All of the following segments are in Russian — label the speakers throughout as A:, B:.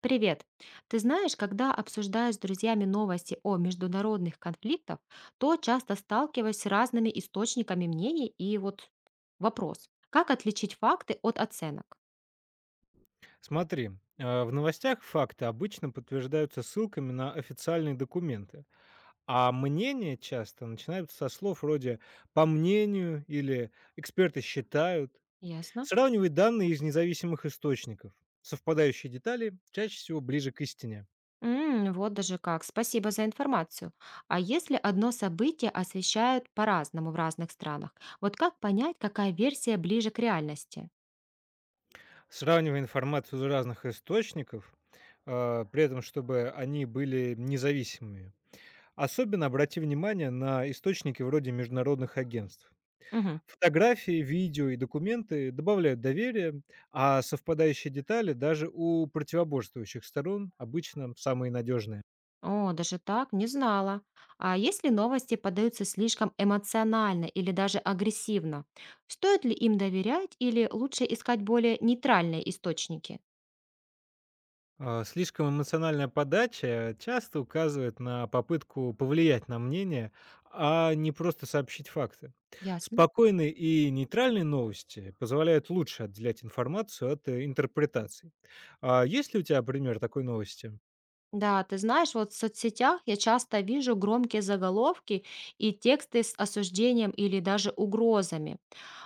A: Привет! Ты знаешь, когда обсуждаю с друзьями новости о международных конфликтах, то часто сталкиваюсь с разными источниками мнений и вот вопрос, как отличить факты от оценок?
B: Смотри, в новостях факты обычно подтверждаются ссылками на официальные документы, а мнения часто начинают со слов вроде «по мнению» или «эксперты считают».
A: Ясно.
B: Сравнивай данные из независимых источников. Совпадающие детали чаще всего ближе к истине.
A: М, вот даже как. Спасибо за информацию. А если одно событие освещают по-разному в разных странах, вот как понять, какая версия ближе к реальности?
B: Сравнивая информацию из разных источников, при этом чтобы они были независимыми. Особенно обрати внимание на источники вроде международных агентств.
A: Мгм.
B: Фотографии, видео и документы добавляют доверия, а совпадающие детали даже у противоборствующих сторон обычно самые надежные.
A: О, даже так, не знала. А если новости подаются слишком эмоционально или даже агрессивно, стоит ли им доверять или лучше искать более нейтральные источники?
B: Слишком эмоциональная подача часто указывает на попытку повлиять на мнение, а не просто сообщить факты.
A: Ясно.
B: Спокойные и нейтральные новости позволяют лучше отделять информацию от интерпретаций. А есть ли у тебя пример такой новости?
A: Да, ты знаешь, вот в соцсетях я часто вижу громкие заголовки и тексты с осуждением или даже угрозами.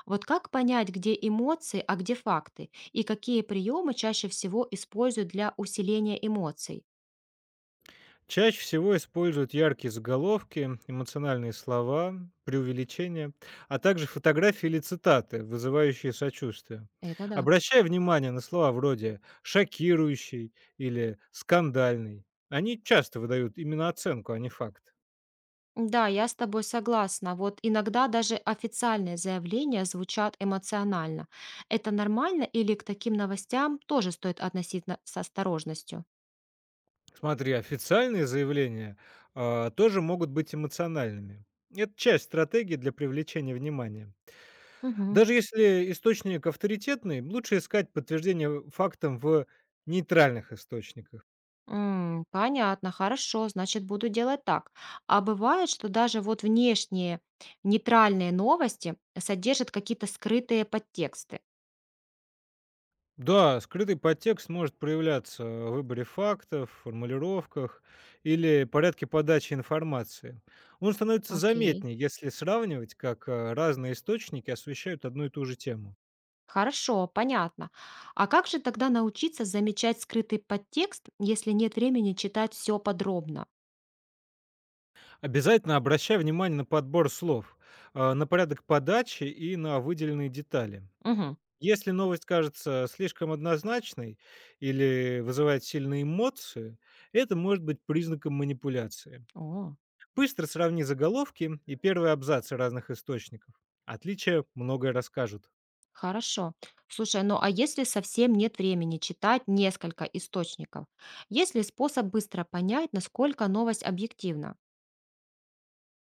A: Вот как понять, где эмоции, а где факты, и какие приемы чаще всего используют для усиления эмоций?
B: Чаще всего используют яркие заголовки, эмоциональные слова, преувеличения, а также фотографии или цитаты, вызывающие сочувствие.
A: Это да.
B: Обращая внимание на слова вроде «шокирующий» или «скандальный», они часто выдают именно оценку, а не факт.
A: Да, я с тобой согласна. Вот иногда даже официальные заявления звучат эмоционально. Это нормально или к таким новостям тоже стоит относиться с осторожностью?
B: Смотри, официальные заявления тоже могут быть эмоциональными. Это часть стратегии для привлечения внимания.
A: Мгм.
B: Даже если источник авторитетный, лучше искать подтверждение фактам в нейтральных источниках.
A: М, понятно, хорошо, значит, буду делать так. А бывает, что даже вот внешние нейтральные новости содержат какие-то скрытые подтексты.
B: Да, скрытый подтекст может проявляться в выборе фактов, формулировках или порядке подачи информации. Он становится
A: Окей.
B: заметнее, если сравнивать, как разные источники освещают одну и ту же тему.
A: Хорошо, понятно. А как же тогда научиться замечать скрытый подтекст, если нет времени читать все подробно?
B: Обязательно обращай внимание на подбор слов, на порядок подачи и на выделенные детали.
A: Мгм.
B: Если новость кажется слишком однозначной или вызывает сильные эмоции, это может быть признаком манипуляции.
A: О,
B: Быстро сравни заголовки и первые абзацы разных источников. Отличия многое расскажут.
A: хорошо. Слушай, ну а если совсем нет времени читать несколько источников, есть ли способ быстро понять, насколько новость объективна?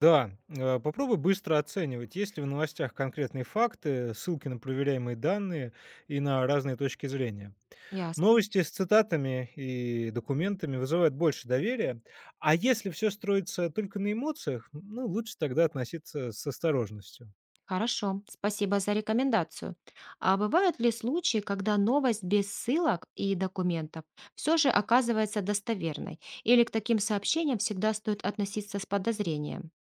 B: Да, попробуй быстро оценивать, есть ли в новостях конкретные факты, ссылки на проверяемые данные и на разные точки зрения.
A: Ясно.
B: Новости с цитатами и документами вызывают больше доверия, а если все строится только на эмоциях, ну, лучше тогда относиться с осторожностью.
A: Хорошо, спасибо за рекомендацию. А бывают ли случаи, когда новость без ссылок и документов все же оказывается достоверной? Или к таким сообщениям всегда стоит относиться с подозрением?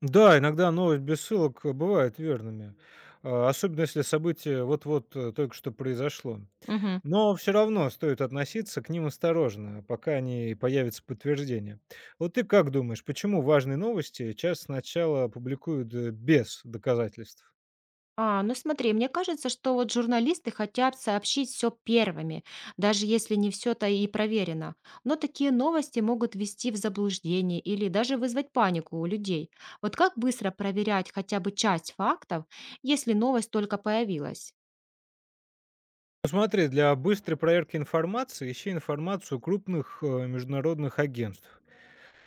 B: Да, иногда новость без ссылок бывают верными, особенно если событие вот-вот только что произошло.
A: Мгм.
B: Но все равно стоит относиться к ним осторожно, пока не появится подтверждение. Вот ты как думаешь, почему важные новости часто сначала публикуют без доказательств?
A: А, ну смотри, мне кажется, что вот журналисты хотят сообщить все первыми, даже если не все-то и проверено. Но такие новости могут ввести в заблуждение или даже вызвать панику у людей. Вот как быстро проверять хотя бы часть фактов, если новость только появилась?
B: Ну, смотри, для быстрой проверки информации ищи информацию крупных международных агентств.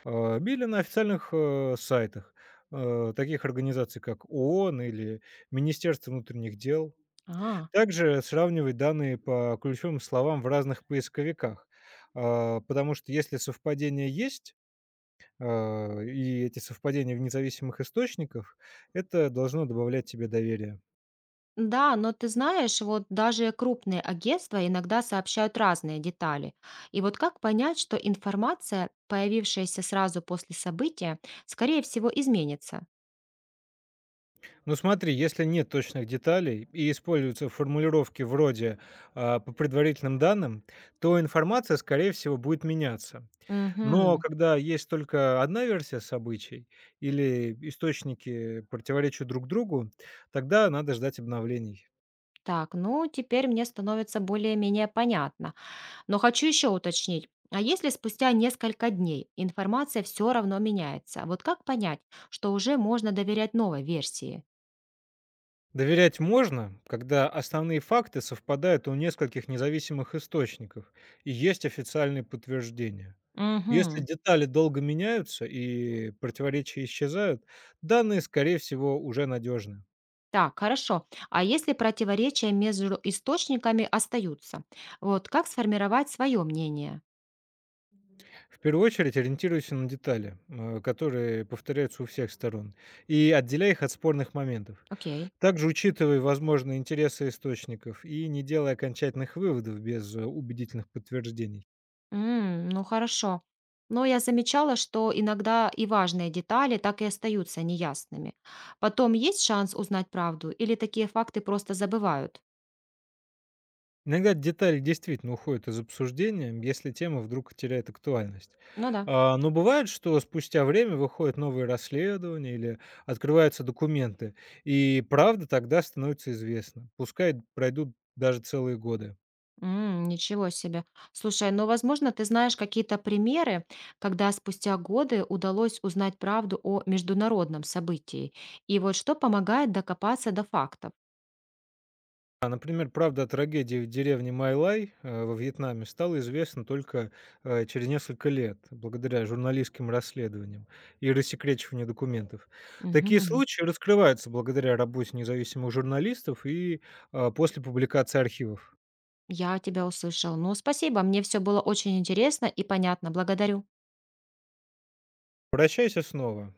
B: Били на официальных, сайтах, таких организаций, как ООН или Министерство внутренних дел.
A: А,
B: Также сравнивать данные по ключевым словам в разных поисковиках, потому что если совпадения есть, и эти совпадения в независимых источниках, это должно добавлять тебе доверия.
A: да, но ты знаешь, вот даже крупные агентства иногда сообщают разные детали. И вот как понять, что информация, появившаяся сразу после события, скорее всего, изменится?
B: Но смотри, если нет точных деталей и используются формулировки вроде, "по предварительным данным", то информация, скорее всего, будет меняться. Но
A: Угу.
B: когда есть только одна версия событий или источники противоречат друг другу, тогда надо ждать обновлений.
A: Так, ну теперь мне становится более-менее понятно. Но хочу еще уточнить. А если спустя несколько дней информация все равно меняется, вот как понять, что уже можно доверять новой версии?
B: Доверять можно, когда основные факты совпадают у нескольких независимых источников и есть официальные подтверждения. Если
A: Угу.
B: детали долго меняются и противоречия исчезают, данные, скорее всего, уже надежны.
A: Так, хорошо. А если противоречия между источниками остаются, вот как сформировать свое мнение?
B: В первую очередь ориентируйся на детали, которые повторяются у всех сторон, и отделяй их от спорных моментов.
A: Окей.
B: Также учитывай возможные интересы источников и не делай окончательных выводов без убедительных подтверждений.
A: М, ну хорошо. Но я замечала, что иногда и важные детали так и остаются неясными. Потом есть шанс узнать правду или такие факты просто забывают?
B: Иногда детали действительно уходят из обсуждения, если тема вдруг теряет актуальность.
A: Ну да.
B: Но бывает, что спустя время выходят новые расследования или открываются документы, и правда тогда становится известна. Пускай пройдут даже целые годы.
A: М, ничего себе. Слушай, ну возможно, ты знаешь какие-то примеры, когда спустя годы удалось узнать правду о международном событии. И вот что помогает докопаться до фактов.
B: А, например, правда о трагедии в деревне Майлай во Вьетнаме стала известна только через несколько лет, благодаря журналистским расследованиям и рассекречиванию документов. Такие
A: Мгм.
B: случаи раскрываются благодаря работе независимых журналистов и после публикации архивов.
A: Я тебя услышал. Ну спасибо, мне все было очень интересно и понятно. Благодарю.
B: Прощайся снова.